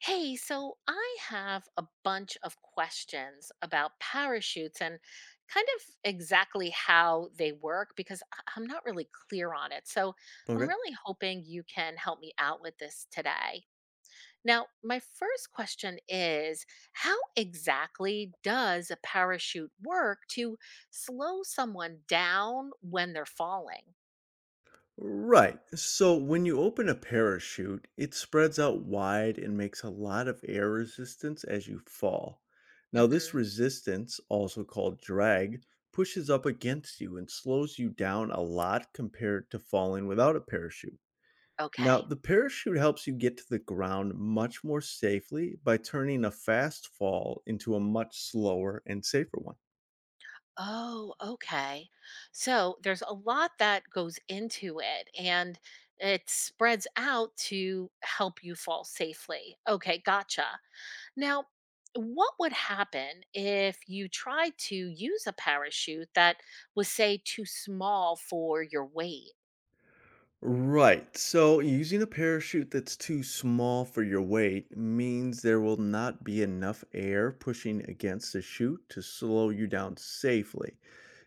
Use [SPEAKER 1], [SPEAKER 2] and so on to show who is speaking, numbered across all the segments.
[SPEAKER 1] Hey, so I have a bunch of questions about parachutes and kind of exactly how they work because I'm not really clear on it. So I'm
[SPEAKER 2] Okay.
[SPEAKER 1] really hoping you can help me out with this today. Now, my first question is, how exactly does a parachute work to slow someone down when they're falling?
[SPEAKER 2] Right. So when you open a parachute, it spreads out wide and makes a lot of air resistance as you fall. Now, this
[SPEAKER 1] Hmm.
[SPEAKER 2] resistance, also called drag, pushes up against you and slows you down a lot compared to falling without a parachute. Now,
[SPEAKER 1] Okay.
[SPEAKER 2] the parachute helps you get to the ground much more safely by turning a fast fall into a much slower and safer one.
[SPEAKER 1] Oh, okay. So there's a lot that goes into it and it spreads out to help you fall safely. Okay, gotcha. Now, what would happen if you tried to use a parachute that was, say, too small for your weight?
[SPEAKER 2] Right. So using a parachute that's too small for your weight means there will not be enough air pushing against the chute to slow you down safely.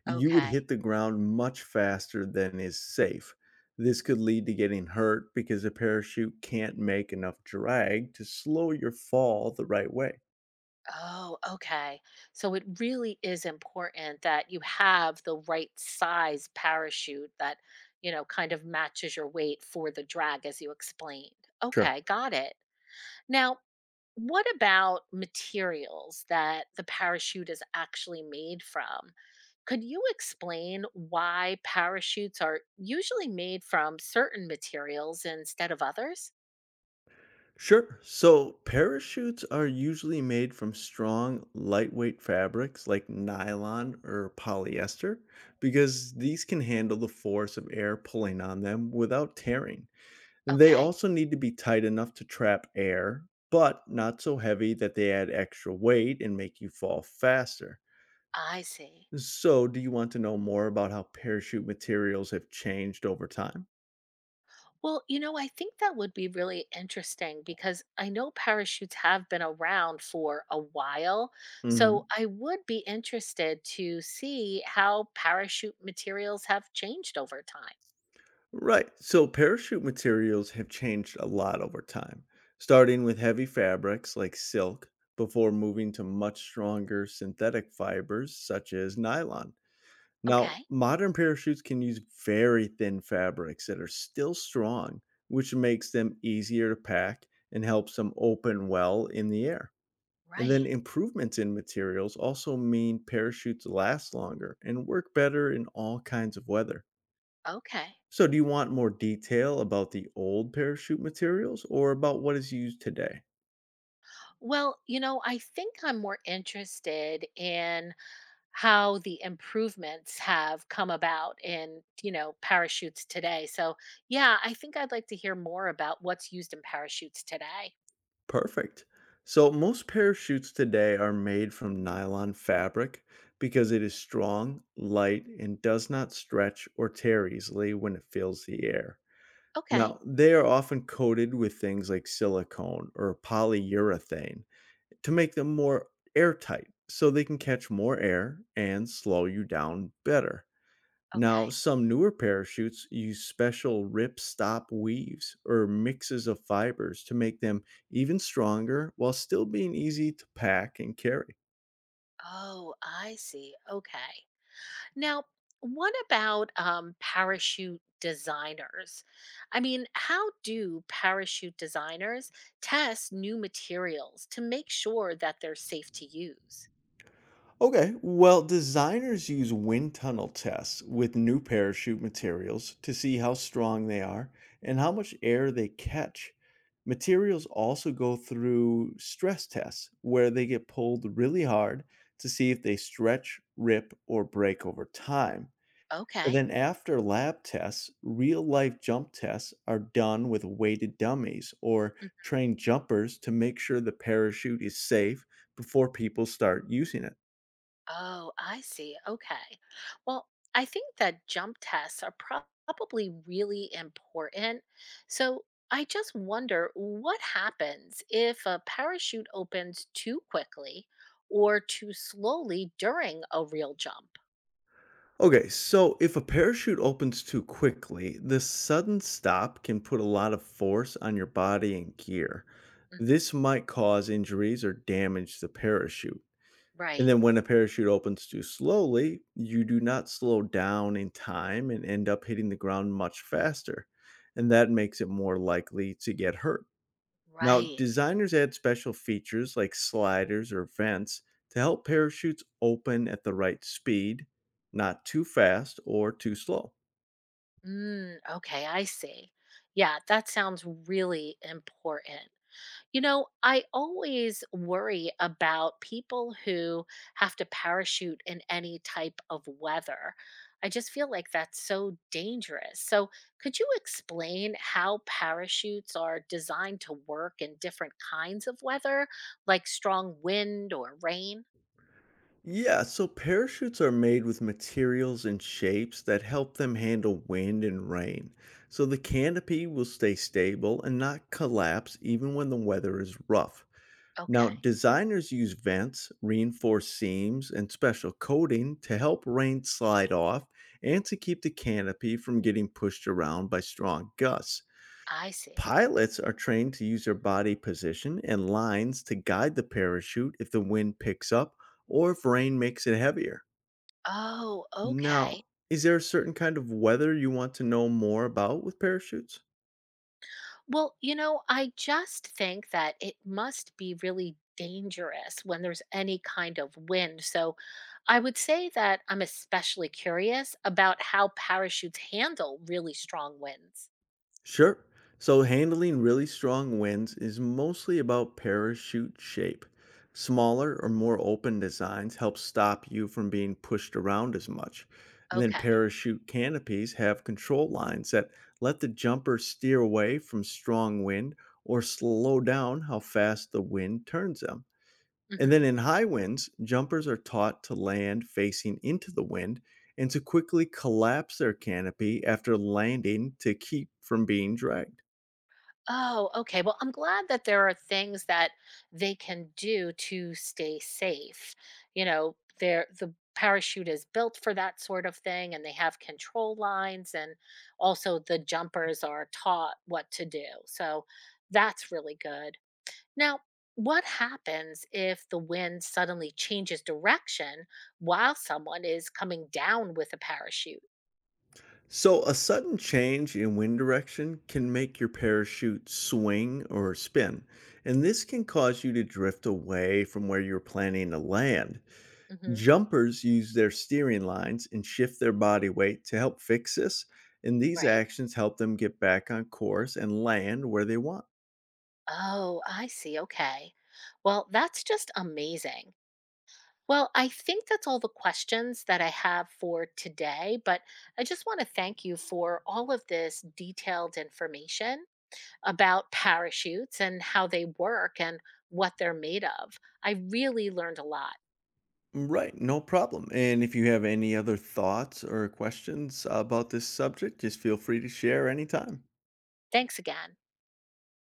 [SPEAKER 2] You would
[SPEAKER 1] Okay.
[SPEAKER 2] hit the ground much faster than is safe. This
[SPEAKER 1] Mm-hmm.
[SPEAKER 2] could lead to getting hurt because the parachute can't make enough drag to slow your fall the right way.
[SPEAKER 1] Oh, okay. So it really is important that you have the right size parachute that, you know, kind of matches your weight for the drag, as you explained.
[SPEAKER 2] Sure.
[SPEAKER 1] Okay, got it. Now, what about materials that the parachute is actually made from? Could you explain why parachutes are usually made from certain materials instead of others?
[SPEAKER 2] Sure. So parachutes are usually made from strong, lightweight fabrics like nylon or polyester because these can handle the force of air pulling on them without tearing. They
[SPEAKER 1] Okay,
[SPEAKER 2] also need to be tight enough to trap air, but not so heavy that they add extra weight and make you fall faster.
[SPEAKER 1] I see.
[SPEAKER 2] So, do you want to know more about how parachute materials have changed over time?
[SPEAKER 1] Well, you know, I think that would be really interesting because I know parachutes have been around for a while.
[SPEAKER 2] Mm-hmm.
[SPEAKER 1] So I would be interested to see how parachute materials have changed over time.
[SPEAKER 2] Right. So parachute materials have changed a lot over time, starting with heavy fabrics like silk before moving to much stronger synthetic fibers such as nylon. Now,
[SPEAKER 1] Okay.
[SPEAKER 2] modern parachutes can use very thin fabrics that are still strong, which makes them easier to pack and helps them open well in the air. And then
[SPEAKER 1] Right.
[SPEAKER 2] improvements in materials also mean parachutes last longer and work better in all kinds of weather.
[SPEAKER 1] Okay.
[SPEAKER 2] So, do you want more detail about the old parachute materials or about what is used today?
[SPEAKER 1] Well, you know, I think I'm more interested in how the improvements have come about in, you know, parachutes today. So, yeah, I think I'd like to hear more about what's used in parachutes today.
[SPEAKER 2] Perfect. So, most parachutes today are made from nylon fabric because it is strong, light, and does not stretch or tear easily when it fills the air.
[SPEAKER 1] Okay.
[SPEAKER 2] Now, they are often coated with things like silicone or polyurethane to make them more airtight so they can catch more air and slow you down better. Now,
[SPEAKER 1] Okay.
[SPEAKER 2] some newer parachutes use special rip stop weaves or mixes of fibers to make them even stronger while still being easy to pack and carry.
[SPEAKER 1] Oh, I see. Okay. Now, what about parachute designers? I mean, how do parachute designers test new materials to make sure that they're safe to use?
[SPEAKER 2] Okay, well, designers use wind tunnel tests with new parachute materials to see how strong they are and how much air they catch. Materials also go through stress tests where they get pulled really hard to see if they stretch, rip, or break over time. And
[SPEAKER 1] Okay.
[SPEAKER 2] then after lab tests, real life jump tests are done with weighted dummies or trained jumpers to make sure the parachute is safe before people start using it.
[SPEAKER 1] Oh, I see. Okay. Well, I think that jump tests are probably really important. So I just wonder what happens if a parachute opens too quickly or too slowly during a real jump.
[SPEAKER 2] Okay, so if a parachute opens too quickly, the sudden stop can put a lot of force on your body and gear.
[SPEAKER 1] Hmm.
[SPEAKER 2] This might cause injuries or damage the parachute. And
[SPEAKER 1] Right,
[SPEAKER 2] then when a parachute opens too slowly, you do not slow down in time and end up hitting the ground much faster. And that makes it more likely to get hurt. Now,
[SPEAKER 1] right.
[SPEAKER 2] designers add special features like sliders or vents to help parachutes open at the right speed, not too fast or too slow.
[SPEAKER 1] Mm, okay, I see. Yeah, that sounds really important. You know, I always worry about people who have to parachute in any type of weather. I just feel like that's so dangerous. So, could you explain how parachutes are designed to work in different kinds of weather, like strong wind or rain?
[SPEAKER 2] Yeah, so parachutes are made with materials and shapes that help them handle wind and rain. So the canopy will stay stable and not collapse even when the weather is rough. Now,
[SPEAKER 1] Okay,
[SPEAKER 2] designers use vents, reinforced seams, and special coating to help rain slide off and to keep the canopy from getting pushed around by strong gusts.
[SPEAKER 1] I see.
[SPEAKER 2] Pilots are trained to use their body position and lines to guide the parachute if the wind picks up or if rain makes it heavier.
[SPEAKER 1] Oh, okay.
[SPEAKER 2] Now, is there a certain kind of weather you want to know more about with parachutes?
[SPEAKER 1] Well, you know, I just think that it must be really dangerous when there's any kind of wind. So I would say that I'm especially curious about how parachutes handle really strong winds.
[SPEAKER 2] Sure. So handling really strong winds is mostly about parachute shape. Smaller or more open designs help stop you from being pushed around as much. And then
[SPEAKER 1] Okay.
[SPEAKER 2] parachute canopies have control lines that let the jumper steer away from strong wind or slow down how fast the wind turns them. And then
[SPEAKER 1] Hmm.
[SPEAKER 2] in high winds, jumpers are taught to land facing into the wind and to quickly collapse their canopy after landing to keep from being dragged.
[SPEAKER 1] Oh, okay. Well, I'm glad that there are things that they can do to stay safe. You know, there the parachute is built for that sort of thing and they have control lines and also the jumpers are taught what to do. So that's really good. Now, what happens if the wind suddenly changes direction while someone is coming down with a parachute?
[SPEAKER 2] So, a sudden change in wind direction can make your parachute swing or spin, and this can cause you to drift away from where you're planning to land.
[SPEAKER 1] Hmm.
[SPEAKER 2] Jumpers use their steering lines and shift their body weight to help fix this, and these
[SPEAKER 1] Right?
[SPEAKER 2] actions help them get back on course and land where they want.
[SPEAKER 1] Oh, I see. Okay. Well, that's just amazing. Well, I think that's all the questions that I have for today, but I just want to thank you for all of this detailed information about parachutes and how they work and what they're made of. I really learned a lot.
[SPEAKER 2] Right, no problem. And if you have any other thoughts or questions about this subject, just feel free to share anytime.
[SPEAKER 1] Thanks again.